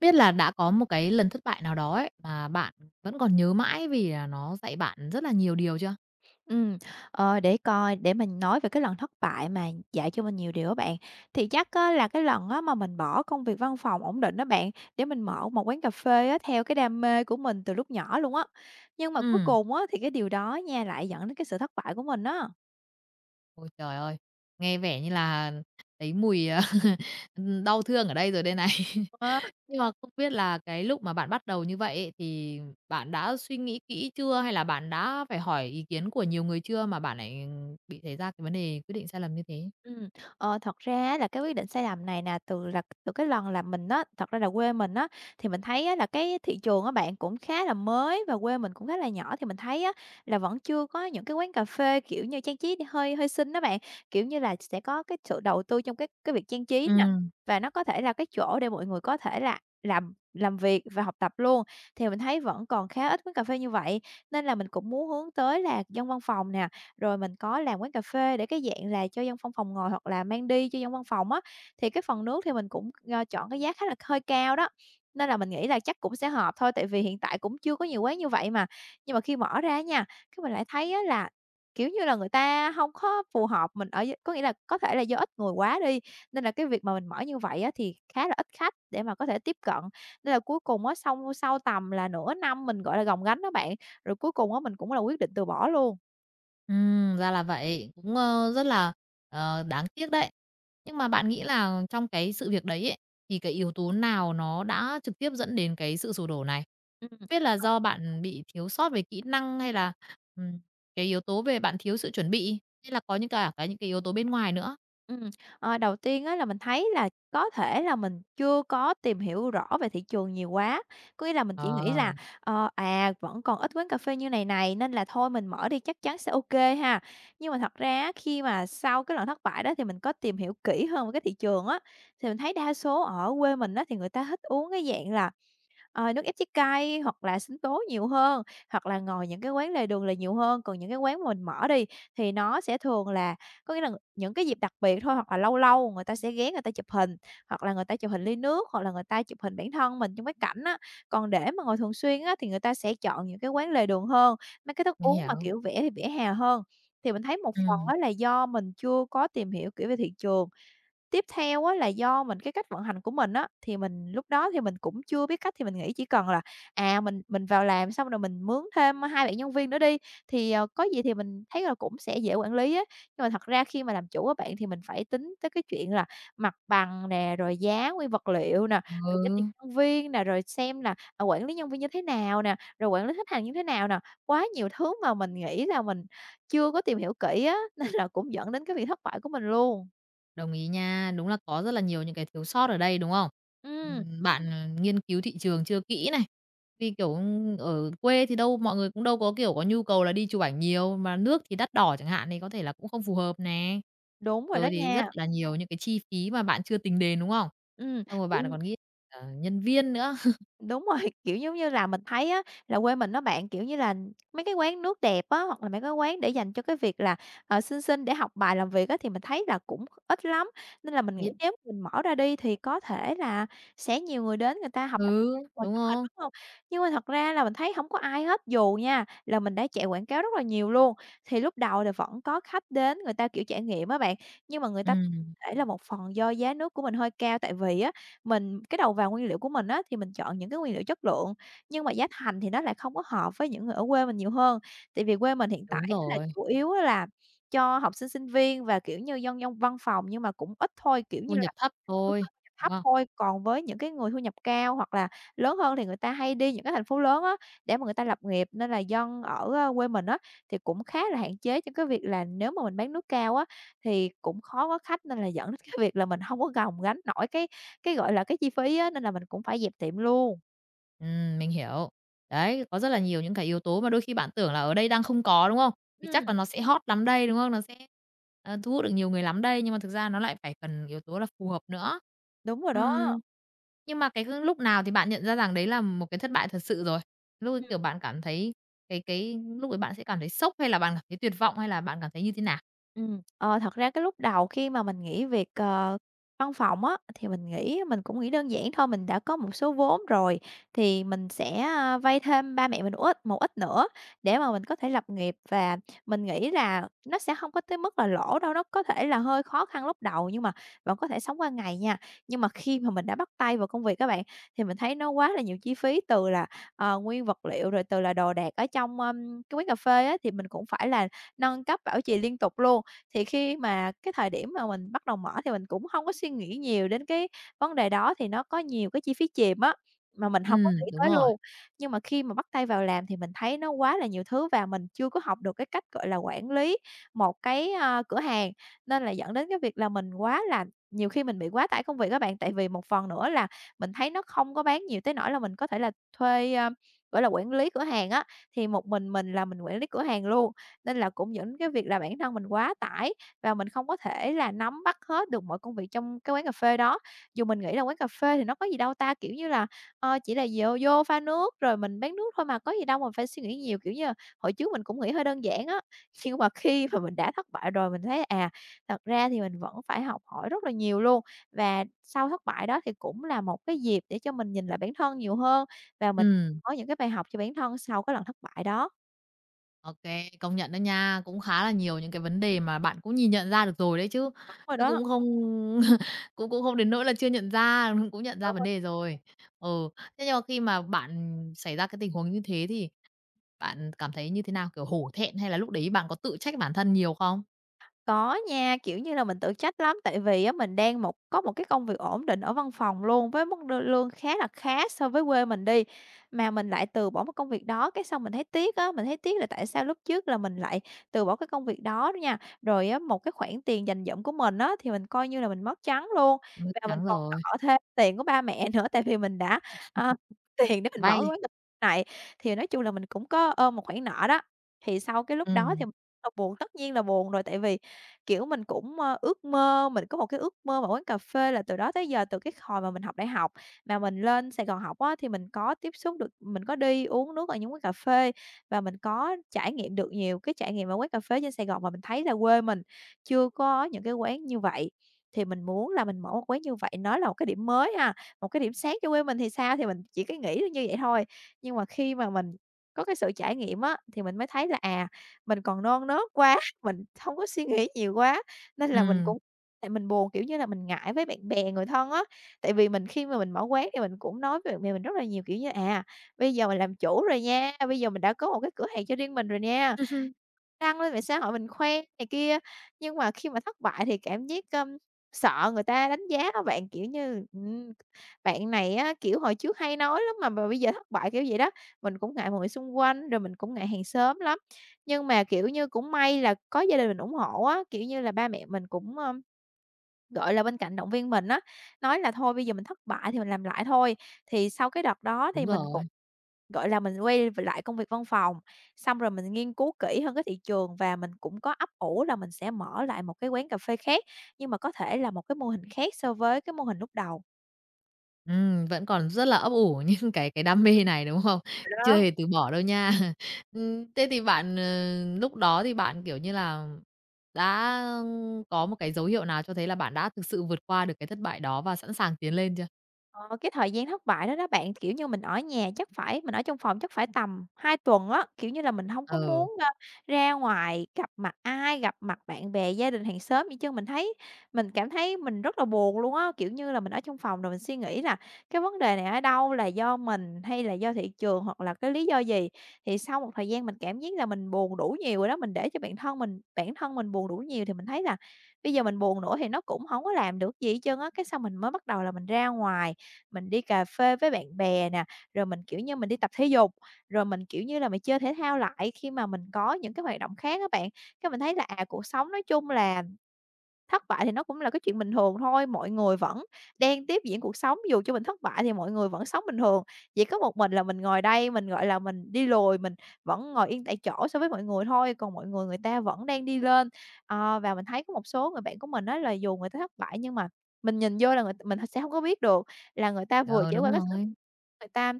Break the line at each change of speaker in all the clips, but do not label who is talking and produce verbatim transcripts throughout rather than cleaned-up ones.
Biết là đã có một cái lần thất bại nào đó ấy, mà bạn vẫn còn nhớ mãi vì là nó dạy bạn rất là nhiều điều chưa?
Ừm, ờ, để coi, để mình nói về cái lần thất bại mà dạy cho mình nhiều điều á bạn, thì chắc á là cái lần á mà mình bỏ công việc văn phòng ổn định đó bạn, để mình mở một quán cà phê á theo cái đam mê của mình từ lúc nhỏ luôn á. Nhưng mà cuối
Ừm,
cùng á thì cái điều đó nha lại dẫn đến cái sự thất bại của mình á.
ôi trời ơi, nghe vẻ như là thấy mùi, à, đau thương ở đây rồi đây này. Nhưng mà không biết là cái lúc mà bạn bắt đầu như vậy ấy, thì bạn đã suy nghĩ kỹ chưa? Hay là bạn đã phải hỏi ý kiến của nhiều người chưa mà bạn lại bị thấy ra cái vấn đề quyết định sai lầm như thế?
Ừm, ờ, thật ra á là cái quyết định sai lầm này nè, từ là từ cái lần là mình á thật ra là quê mình á, thì mình thấy á là cái thị trường á bạn cũng khá là mới và quê mình cũng khá là nhỏ, thì mình thấy á là vẫn chưa có những cái quán cà phê, kiểu như, trang trí hơi hơi xinh đó bạn. Kiểu như là, sẽ có cái sự đầu tư trong cái cái việc trang trí nè,
Ừm.
và nó có thể là cái chỗ để mọi người có thể là làm làm việc và học tập luôn, thì mình thấy vẫn còn khá ít quán cà phê như vậy. Nên là mình cũng muốn hướng tới là dân văn phòng nè, rồi mình có làm quán cà phê để cái dạng là cho dân văn phòng ngồi hoặc là mang đi cho dân văn phòng á, thì cái phần nước thì mình cũng, ơ, chọn cái giá khá là hơi cao đó, nên là mình nghĩ là chắc cũng sẽ hợp thôi, tại vì hiện tại cũng chưa có nhiều quán như vậy mà. Nhưng mà khi mở ra nha, cái mình lại thấy á là, kiểu như là, người ta không có phù hợp mình ở d có nghĩa là có thể là do ít người quá đi, nên là cái việc mà mình mở như vậy á thì khá là ít khách để mà có thể tiếp cận. Nên là cuối cùng á, xong sau tầm là nửa năm mình, gọi là, gồng gánh á bạn, rồi cuối cùng á mình cũng là quyết định từ bỏ luôn.
Ừm, ra là vậy, cũng, ơ, rất là, ờ, đáng tiếc đấy. Nhưng mà bạn nghĩ là trong cái sự việc đấy ấy, thì cái yếu tố nào nó đã trực tiếp dẫn đến cái sự sụp đổ này?
Ừm.
Biết là do bạn bị thiếu sót về kỹ năng hay là, ừm, cái yếu tố về bạn thiếu sự chuẩn bị, hay là có những cả cái những cái yếu tố bên ngoài nữa?
Ừm, ờ, đầu tiên á là mình thấy là có thể là mình chưa có tìm hiểu rõ về thị trường nhiều quá. Có nghĩa là mình chỉ nghĩ là,
Ờ,
ờ, à, vẫn còn ít quán cà phê như này này, nên là thôi mình mở đi chắc chắn sẽ ok ha. Nhưng mà thật ra á, khi mà sau cái lần thất bại đó thì mình có tìm hiểu kỹ hơn về cái thị trường á, thì mình thấy đa số ở quê mình á, thì người ta thích uống cái dạng là Ờ, nước ép trái cây hoặc là sinh tố nhiều hơn, hoặc là ngồi những cái quán lề đường là nhiều hơn. Còn những cái quán mà mình mở đi thì nó sẽ thường là có nghĩa là những cái dịp đặc biệt thôi, hoặc là lâu lâu người ta sẽ ghé người ta chụp hình, hoặc là người ta chụp hình ly nước, hoặc là người ta chụp hình bản thân mình trong cái cảnh á. Còn để mà ngồi thường xuyên á thì người ta sẽ chọn những cái quán lề đường hơn, mấy cái thức
mình
uống mà
hiểu.
kiểu vỉa vỉa hè hơn. Thì mình thấy một phần
Ừm,
đó là do mình chưa có tìm hiểu, kiểu, về thị trường. Tiếp theo á là do mình cái cách vận hành của mình á, thì mình lúc đó thì mình cũng chưa biết cách thì mình nghĩ chỉ cần là, à, mình mình vào làm xong rồi mình mướn thêm hai bạn nhân viên nữa đi, thì, ờ, có gì thì mình thấy là cũng sẽ dễ quản lý á. Nhưng mà thật ra khi mà làm chủ á bạn, thì mình phải tính tới cái chuyện là mặt bằng nè, rồi giá nguyên vật liệu nè, rồi giá
ừ.
tiền nhân viên nè, rồi xem là, à, quản lý nhân viên như thế nào nè, rồi quản lý khách hàng như thế nào nè. Quá nhiều thứ mà mình nghĩ là mình chưa có tìm hiểu kỹ á, nên là cũng dẫn đến cái việc thất bại của mình luôn.
Đồng ý nha, đúng là có rất là nhiều những cái thiếu sót ở đây, đúng không?
Ừm.
Ừm, bạn, ờ, nghiên cứu thị trường chưa kỹ này, vì, kiểu, ở quê thì đâu mọi người cũng đâu có, kiểu, có nhu cầu là đi chụp ảnh nhiều, mà nước thì đắt đỏ chẳng hạn thì có thể là cũng không phù hợp nè.
Đúng rồi đó
Rồi thì rất
nha.
là nhiều những cái chi phí mà bạn chưa tính đến, đúng không?
Ừm,
Xong rồi bạn
kiểu
còn nghĩ cả nhân viên nữa,
đúng rồi, kiểu, giống như là, mình thấy á là quê mình nó bạn, kiểu như là, mấy cái quán nước đẹp á, hoặc là mấy cái quán để dành cho cái việc là, ờ, sinh sinh để học bài làm việc á, thì mình thấy là cũng ít lắm. Nên là mình nghĩ
ít
nếu mình mở ra đi thì có thể là sẽ nhiều người đến người ta học tập
thứ
rồi
đúng
chụp hình,
không?
đúng không? Nhưng mà thật ra là mình thấy không có ai hết, dù nha là mình đã chạy quảng cáo rất là nhiều luôn, thì lúc đầu thì vẫn có khách đến người ta, kiểu, trải nghiệm á bạn, nhưng mà người ta có
Ừm,
thể là một phần do giá nước của mình hơi cao, tại vì á Mình cái đầu vào nguyên liệu của mình á, thì mình chọn những cái nguyên liệu chất lượng, nhưng mà giá thành thì nó lại không có hợp với những người ở quê mình nhiều hơn. Tại vì quê mình hiện tại
đúng
á là
rồi,
chủ yếu á là cho học sinh, sinh viên và, kiểu như, dân dân văn phòng nhưng mà cũng ít thôi, kiểu
thu
như
nhập
là
thấp
Đúng
thôi,
rồi, thu nhập
đúng
thấp
không?
thôi, còn với những cái người thu nhập cao hoặc là lớn hơn thì người ta hay đi những cái thành phố lớn á, để mà người ta lập nghiệp, nên là dân ở, a, quê mình á, thì cũng khá là hạn chế trong cái việc là nếu mà mình bán nước cao á, thì cũng khó có khách nên là dẫn đến cái việc là mình hông có gồng gánh nổi cái cái, gọi là, cái chi phí á, nên là mình cũng phải dẹp tiệm luôn.
Ừm, mình hiểu. Đấy, có rất là nhiều những cái yếu tố mà đôi khi bạn tưởng là ở đây đang không có, đúng không? Thì chắc
Ừm,
là nó sẽ hot lắm đây, đúng không? Nó sẽ, ờ, thu hút được nhiều người lắm đây, nhưng mà thực ra nó lại phải cần yếu tố là phù hợp nữa.
đúng rồi đó.
Ừm, nhưng mà cái cái lúc nào thì bạn nhận ra rằng đấy là một cái thất bại thật sự rồi? Lúc ấy,
Ừm.
kiểu, bạn cảm thấy cái cái lúc ấy bạn sẽ cảm thấy sốc hay là bạn cảm thấy tuyệt vọng hay là bạn cảm thấy như thế nào?
Ừm, ờ, thật ra cái lúc đầu khi mà mình nghỉ việc, ờ, văn phòng á, thì mình nghĩ mình cũng nghĩ đơn giản thôi, mình đã có một số vốn rồi thì mình sẽ, a, vay thêm ba mẹ mình một ít một ít nữa để mà mình có thể lập nghiệp. Và mình nghĩ là nó sẽ không có tới mức là lỗ đâu, nó có thể là hơi khó khăn lúc đầu nhưng mà vẫn có thể sống qua ngày nha. Nhưng mà khi mà mình đã bắt tay vào công việc các bạn, thì mình thấy nó quá là nhiều chi phí từ là, ờ, nguyên vật liệu, rồi từ là đồ đạc ở trong, ưm, cái quán cà phê á, thì mình cũng phải là nâng cấp bảo trì liên tục luôn. Thì khi mà cái thời điểm mà mình bắt đầu mở thì mình cũng hông có suy nghĩ nhiều đến cái vấn đề đó, thì nó có nhiều cái chi phí chìm á, mà mình hông có
Ừm,
nghĩ
đúng
tới
rồi.
luôn. Nhưng mà khi mà bắt tay vào làm thì mình thấy nó quá là nhiều thứ và mình chưa có học được cái cách, gọi là, quản lý một cái, a, cửa hàng, nên là dẫn đến cái việc là mình quá là nhiều khi mình bị quá tải công việc á bạn. Tại vì một phần nữa là mình thấy nó không có bán nhiều tới nỗi là mình có thể là thuê, a, gọi là, quản lý cửa hàng á, thì một mình mình là mình quản lý cửa hàng luôn. Nên là cũng những cái việc là bản thân mình quá tải và mình không có thể là nắm bắt hết được mọi công việc trong cái quán cà phê đó. Dù mình nghĩ là quán cà phê thì nó có gì đâu ta, kiểu như là, ờ, chỉ là dồ vô pha nước rồi mình bán nước thôi mà, có gì đâu mà phải suy nghĩ nhiều, kiểu như là, hồi trước mình cũng nghĩ hơi đơn giản á. Nhưng mà khi mà mình đã thất bại rồi mình thấy, à, thật ra thì mình vẫn phải học hỏi rất là nhiều luôn. Và sau thất bại đó thì cũng là một cái dịp để cho mình nhìn lại bản thân nhiều hơn và mình
Ừm.
có những cái bài học cho bản thân sau cái lần thất bại đó.
OK, công nhận đó nha, cũng khá là nhiều những cái vấn đề mà bạn cũng nhìn nhận ra được rồi đấy chứ,
Đúng rồi
chứ
đó.
cũng không cũng cũng không đến nỗi là chưa nhận ra, cũng nhận ra vấn đề rồi. Ừ, thế nhưng mà khi mà bạn xảy ra cái tình huống như thế thì bạn cảm thấy như thế nào? Kiểu hổ thẹn hay là lúc đấy bạn có tự trách bản thân nhiều không?
Có nha, kiểu như là, mình tự trách lắm, tại vì á mình đang một có một cái công việc ổn định ở văn phòng luôn với mức đô lương khá là khá so với quê mình đi, mà mình lại từ bỏ một công việc đó, cái xong mình thấy tiếc á, mình thấy tiếc là tại sao lúc trước là mình lại từ bỏ cái công việc đó đó nha. Rồi á, một cái khoản tiền dành dụm của mình á, thì mình coi như là mình mất trắng luôn,
Ừm,
và mình
chắn
còn
rồi,
nợ thêm tiền của ba mẹ nữa, tại vì mình đã, ờ, tiền để mình mở
vay.
quán cà phê này, thì nói chung là mình cũng có ôm một khoản nợ đó. Thì sau cái lúc đó
Ừm,
thì mình rất là buồn, tất nhiên là buồn rồi, tại vì kiểu, mình cũng, ơ, ước mơ, mình có một cái ước mơ vào quán cà phê là từ đó tới giờ, từ cái hồi mà mình học đại học, mà mình lên Sài Gòn học á, thì mình có tiếp xúc được, mình có đi uống nước ở những quán cà phê và mình có trải nghiệm được nhiều cái trải nghiệm ở quán cà phê trên Sài Gòn mà mình thấy là quê mình chưa có những cái quán như vậy. Thì mình muốn là mình mở một quán như vậy, nó là một cái điểm mới ha, một cái điểm sáng cho quê mình thì sao, thì mình chỉ cái nghĩ như vậy thôi. Nhưng mà khi mà mình có cái sự trải nghiệm á, thì mình mới thấy là, à, mình còn non nớt quá, mình không có suy nghĩ nhiều quá, nên là mình
ừm.
cũng tại mình buồn, kiểu như là, mình ngại với bạn bè, người thân á. Tại vì mình khi mà mình mở quán thì mình cũng nói với bạn bè mình rất là nhiều, kiểu như, à, bây giờ mình làm chủ rồi nha, bây giờ mình đã có một cái cửa hàng cho riêng mình rồi nha, đăng lên mạng xã hội mình khoe này kia, nhưng mà khi mà thất bại thì cảm giác, ưm, sợ người ta đánh giá á bạn, kiểu như, ừm, "Bạn này á, kiểu, hồi trước hay nói lắm mà mà bây giờ thất bại", kiểu vậy đó. Mình cũng ngại mọi người xung quanh, rồi mình cũng ngại hàng xóm lắm. Nhưng mà, kiểu như, cũng may là có gia đình mình ủng hộ á, kiểu như là, ba mẹ mình cũng, ơ, gọi là, bên cạnh động viên mình á, nói là "Thôi bây giờ mình thất bại thì mình làm lại thôi." Thì sau cái đợt đó
Đúng
thì mình
rồi.
cũng, gọi là, mình quay lại công việc văn phòng, xong rồi mình nghiên cứu kỹ hơn cái thị trường và mình cũng có ấp ủ là mình sẽ mở lại một cái quán cà phê khác, nhưng mà có thể là một cái mô hình khác so với cái mô hình lúc đầu.
Ừm, vẫn còn rất là ấp ủ những cái cái đam mê này, đúng không? Chưa
Đó.
hề từ bỏ đâu nha. Ừm, thế thì bạn, ờ, lúc đó thì bạn, kiểu như là, đã có một cái dấu hiệu nào cho thấy là bạn đã thực sự vượt qua được cái thất bại đó và sẵn sàng tiến lên chưa?
Ờ, cái thời gian thất bại đó đó bạn, kiểu như, mình ở nhà chắc phải mình ở trong phòng chắc phải tầm hai tuần á, kiểu như là, mình không có
Ừ,
muốn, ơ, ra ngoài gặp mặt ai, gặp mặt bạn bè, gia đình, hàng xóm gì chứ. Mình thấy mình cảm thấy mình rất là buồn luôn á, kiểu như là, mình ở trong phòng rồi mình suy nghĩ là cái vấn đề này ở đâu, là do mình hay là do thị trường hoặc là cái lý do gì. Thì sau một thời gian mình cảm giác là mình buồn đủ nhiều rồi đó, mình để cho bản thân mình bản thân mình buồn đủ nhiều thì mình thấy là bây giờ mình buồn nữa thì nó cũng không có làm được gì hết trơn á, cái sau mình mới bắt đầu là mình ra ngoài, mình đi cà phê với bạn bè nè, rồi mình, kiểu như, mình đi tập thể dục, rồi mình, kiểu như là, mình chơi thể thao lại, khi mà mình có những cái hoạt động khác các bạn. Cái mình thấy là, à, cuộc sống nói chung là thất bại thì nó cũng là cái chuyện bình thường thôi, mọi người vẫn đang tiếp diễn cuộc sống, dù cho mình thất bại thì mọi người vẫn sống bình thường. Chỉ có một mình là mình ngồi đây, mình, gọi là, mình đi lùi, mình vẫn ngồi yên tại chỗ so với mọi người thôi, còn mọi người người ta vẫn đang đi lên. Ờ, và mình thấy có một số người bạn của mình á là dù người ta thất bại nhưng mà mình nhìn vô là người mình sẽ không có biết được là người ta vừa
ờ,
trải qua
đúng
cái
rồi.
người ta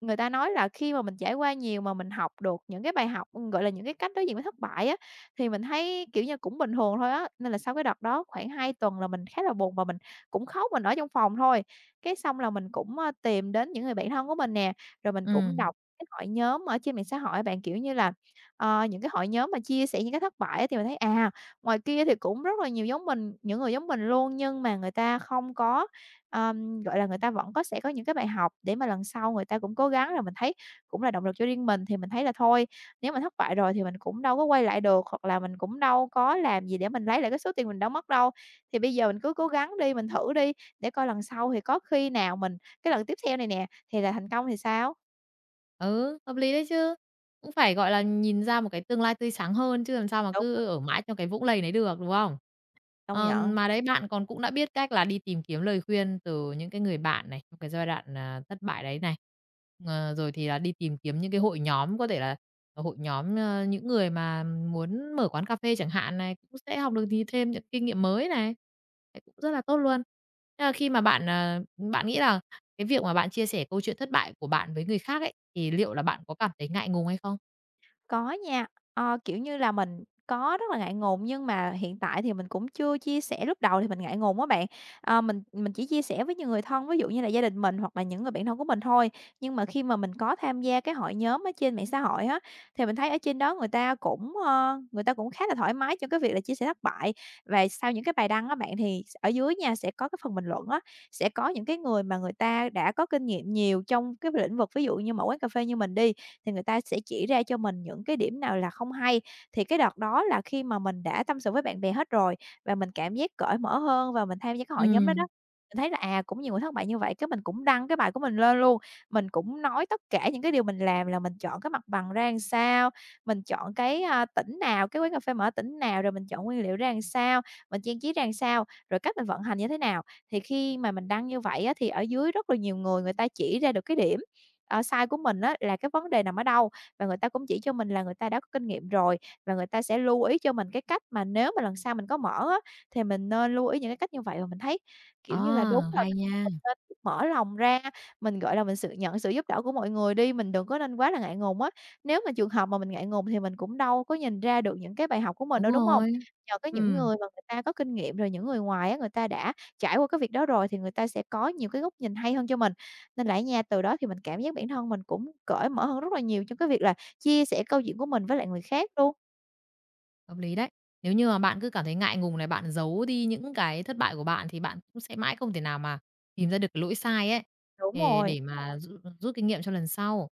người ta nói là khi mà mình trải qua nhiều mà mình học được những cái bài học, ừm, gọi là, những cái cách đối diện với thất bại á, thì mình thấy, kiểu như, cũng bình thường thôi á. Nên là sau cái đợt đó khoảng hai tuần là mình khá là buồn và mình cũng khóc, mình ở trong phòng thôi. Cái xong là mình cũng, ơ, tìm đến những người bạn thân của mình nè, rồi mình
Ừ.
cũng đọc cái hội nhóm ở trên mạng xã hội bạn, kiểu như là, ờ, những cái hội nhóm mà chia sẻ những cái thất bại á, thì mình thấy, à, ngoài kia thì cũng rất là nhiều giống mình, những người giống mình luôn, nhưng mà người ta không có, Ờm, gọi là, người ta vẫn có, sẽ có những cái bài học để mà lần sau người ta cũng cố gắng, rồi mình thấy cũng là động lực cho riêng mình. Thì mình thấy là thôi, nếu mà thất bại rồi thì mình cũng đâu có quay lại được, hoặc là mình cũng đâu có làm gì để mình lấy lại cái số tiền mình đã mất đâu. Thì bây giờ mình cứ cố gắng đi, mình thử đi, để coi lần sau thì có khi nào mình, cái lần tiếp theo này nè, thì là thành công thì sao?
Ừ, hợp lý đấy chứ. Cũng phải, gọi là, nhìn ra một cái tương lai tươi sáng hơn chứ làm sao mà
Đúng,
cứ ở mãi trong cái vũng lầy đấy được, đúng không?
công
Ờm,
nhận.
mà đấy bạn còn cũng đã biết cách là đi tìm kiếm lời khuyên từ những cái người bạn này, trong cái giai đoạn, à, thất bại đấy này. Ờ, rồi thì là đi tìm kiếm những cái hội nhóm, có thể là, ờ, hội nhóm, ơ, những người mà muốn mở quán cà phê chẳng hạn này, cũng sẽ học được gì thêm những kinh nghiệm mới này, đấy cũng rất là tốt luôn. Thế là khi mà bạn, ờ, bạn nghĩ là cái việc mà bạn chia sẻ câu chuyện thất bại của bạn với người khác ấy, thì liệu là bạn có cảm thấy ngại ngùng hay không?
Có nha, ờ, kiểu như là, mình có rất là ngại ngùng nhưng mà hiện tại thì mình cũng chưa chia sẻ. Lúc đầu thì mình ngại ngùng á bạn, ờ, mình mình chỉ chia sẻ với những người thân, ví dụ như là gia đình mình hoặc là những người bạn thân của mình thôi. Nhưng mà khi mà mình có tham gia cái hội nhóm ở trên mạng xã hội á, thì mình thấy ở trên đó người ta cũng, ơ, người ta cũng khá là thoải mái trong cái việc là chia sẻ thất bại. Và sau những cái bài đăng á bạn, thì ở dưới nha sẽ có cái phần bình luận á, sẽ có những cái người mà người ta đã có kinh nghiệm nhiều trong cái lĩnh vực, ví dụ như mở quán cà phê như mình đi, thì người ta sẽ chỉ ra cho mình những cái điểm nào là không hay. Thì cái đợt đó là khi mà mình đã tâm sự với bạn bè hết rồi và mình cảm giác cởi mở hơn và mình tham gia cái hội nhóm đó
Ừm.
đó, mình thấy là, à, cũng nhiều người thất bại như vậy, cái mình cũng đăng cái bài của mình lên luôn. Mình cũng nói tất cả những cái điều mình làm là mình chọn cái mặt bằng ra làm sao, mình chọn cái, a, tỉnh nào, cái quán cà phê mở tỉnh nào, rồi mình chọn nguyên liệu ra làm sao, mình trang trí ra làm sao, rồi cách mình vận hành như thế nào. Thì khi mà mình đăng như vậy á, thì ở dưới rất là nhiều người, người ta chỉ ra được cái điểm, ờ, sai của mình á là cái vấn đề nằm ở đâu. Và người ta cũng chỉ cho mình là người ta đã có kinh nghiệm rồi, và người ta sẽ lưu ý cho mình cái cách mà nếu mà lần sau mình có mở á, thì mình nên lưu ý những cái cách như vậy. Và mình thấy, kiểu như là, đúng
À,
rồi,
hay
mình
nha,
mình nên mở lòng ra, mình, gọi là, mình sự nhận sự giúp đỡ của mọi người đi, mình đừng có nên quá là ngại ngùng á. Nếu mà trường hợp mà mình ngại ngùng thì mình cũng đâu có nhìn ra được những cái bài học của mình
đúng
đâu, đúng không?
rồi.
Nhờ cái những
Ừm,
người mà người ta có kinh nghiệm, rồi những người ngoài á, người ta đã trải qua cái việc đó rồi thì người ta sẽ có nhiều cái góc nhìn hay hơn cho mình. Nên là á nha, từ đó thì mình cảm giác bản thân mình cũng cởi mở hơn rất là nhiều trong cái việc là chia sẻ câu chuyện của mình với lại người khác luôn.
hợp lý đấy. Nếu như mà bạn cứ cảm thấy ngại ngùng này, bạn giấu đi những cái thất bại của bạn thì bạn cũng sẽ mãi không thể nào mà tìm ra được cái lỗi sai ấy,
Đúng
để
rồi.
để mà rút rút kinh nghiệm cho lần sau.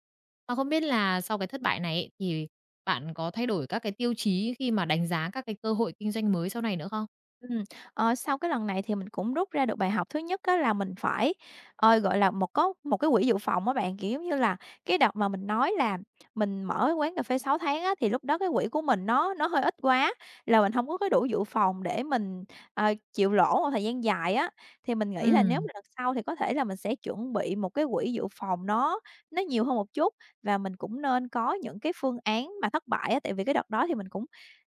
Mà không biết là sau cái thất bại này ấy, thì bạn có thay đổi các cái tiêu chí khi mà đánh giá các cái cơ hội kinh doanh mới sau này nữa không?
Ừm, ờ, sau cái lần này thì mình cũng rút ra được bài học thứ nhất á là mình phải, ờ, gọi là, một có một cái quỹ dự phòng á bạn, kiểu, giống như là, cái đợt mà mình nói là mình mở quán cà phê sáu tháng á, thì lúc đó cái quỹ của mình nó nó hơi ít quá, là mình không có cái đủ dự phòng để mình, ờ, chịu lỗ một thời gian dài á. Thì mình nghĩ là nếu
Ừm.
mà lần sau thì có thể là mình sẽ chuẩn bị một cái quỹ dự phòng nó nó nhiều hơn một chút và mình cũng nên có những cái phương án mà thất bại á, tại vì cái đợt đó thì mình cũng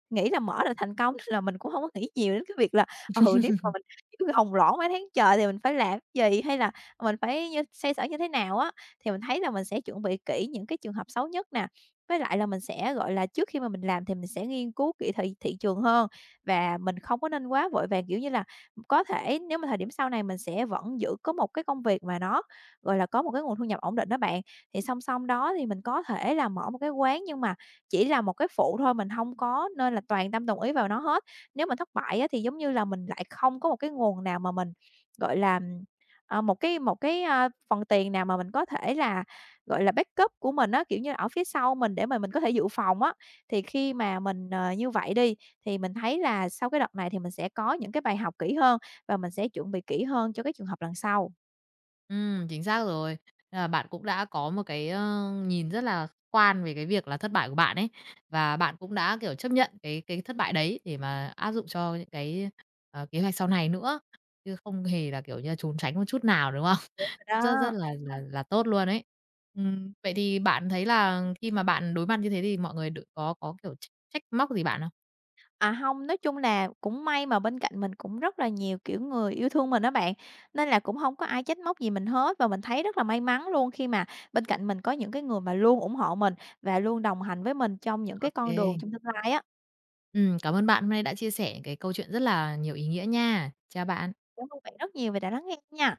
nghĩ là mở là thành công nên là mình cũng hông có nghĩ nhiều đến cái việc là, ừ, nếu mà mình, kiểu, gồng lỗ mấy tháng trời thì mình phải làm cái gì, hay là mình phải như xoay sở như thế nào á. Thì mình thấy là mình sẽ chuẩn bị kỹ những cái trường hợp xấu nhất nè, với lại là mình sẽ, gọi là, trước khi mà mình làm thì mình sẽ nghiên cứu kỹ thị thị trường hơn và mình không có nên quá vội vàng, kiểu như là, có thể nếu mà thời điểm sau này mình sẽ vẫn giữ có một cái công việc mà nó, gọi là, có một cái nguồn thu nhập ổn định đó bạn, thì song song đó thì mình có thể là mở một cái quán nhưng mà chỉ là một cái phụ thôi, mình hông có nên là toàn tâm đồng ý vào nó hết. Nếu mà thất bại á, thì giống như là mình lại không có một cái nguồn nào mà mình, gọi là, ờ, một cái một cái, a, phần tiền nào mà mình có thể là, gọi là, backup của mình á, kiểu như, ở phía sau mình để mà mình có thể dự phòng á. Thì khi mà mình, ờ, như vậy đi, thì mình thấy là sau cái đợt này thì mình sẽ có những cái bài học kỹ hơn và mình sẽ chuẩn bị kỹ hơn cho cái trường hợp lần sau.
Ừm, chính xác rồi. Là bạn cũng đã có một cái, ơ, nhìn rất là khách quan về cái việc là thất bại của bạn ấy, và bạn cũng đã, kiểu, chấp nhận cái cái thất bại đấy để mà áp dụng cho những cái, ờ, kế hoạch sau này nữa, chứ không hề là, kiểu như là, trốn tránh một chút nào, đúng không? Rất rất
Đó.
là là là tốt luôn ấy. Ừm, vậy thì bạn thấy là khi mà bạn đối mặt như thế thì mọi người đ có có, kiểu, trách trách móc gì bạn không?
À, hông, nói chung là cũng may mà bên cạnh mình cũng rất là nhiều, kiểu, người yêu thương mình á bạn, nên là cũng hông có ai trách móc gì mình hết và mình thấy rất là may mắn luôn khi mà bên cạnh mình có những cái người mà luôn ủng hộ mình và luôn đồng hành với mình trong những
Ô
cái con đường
kê.
trong tương lai á.
Cảm ơn bạn hôm nay đã chia sẻ cái câu chuyện rất là nhiều ý nghĩa nha. Chào bạn.
Cảm ơn bạn rất nhiều vì đã lắng nghe nha.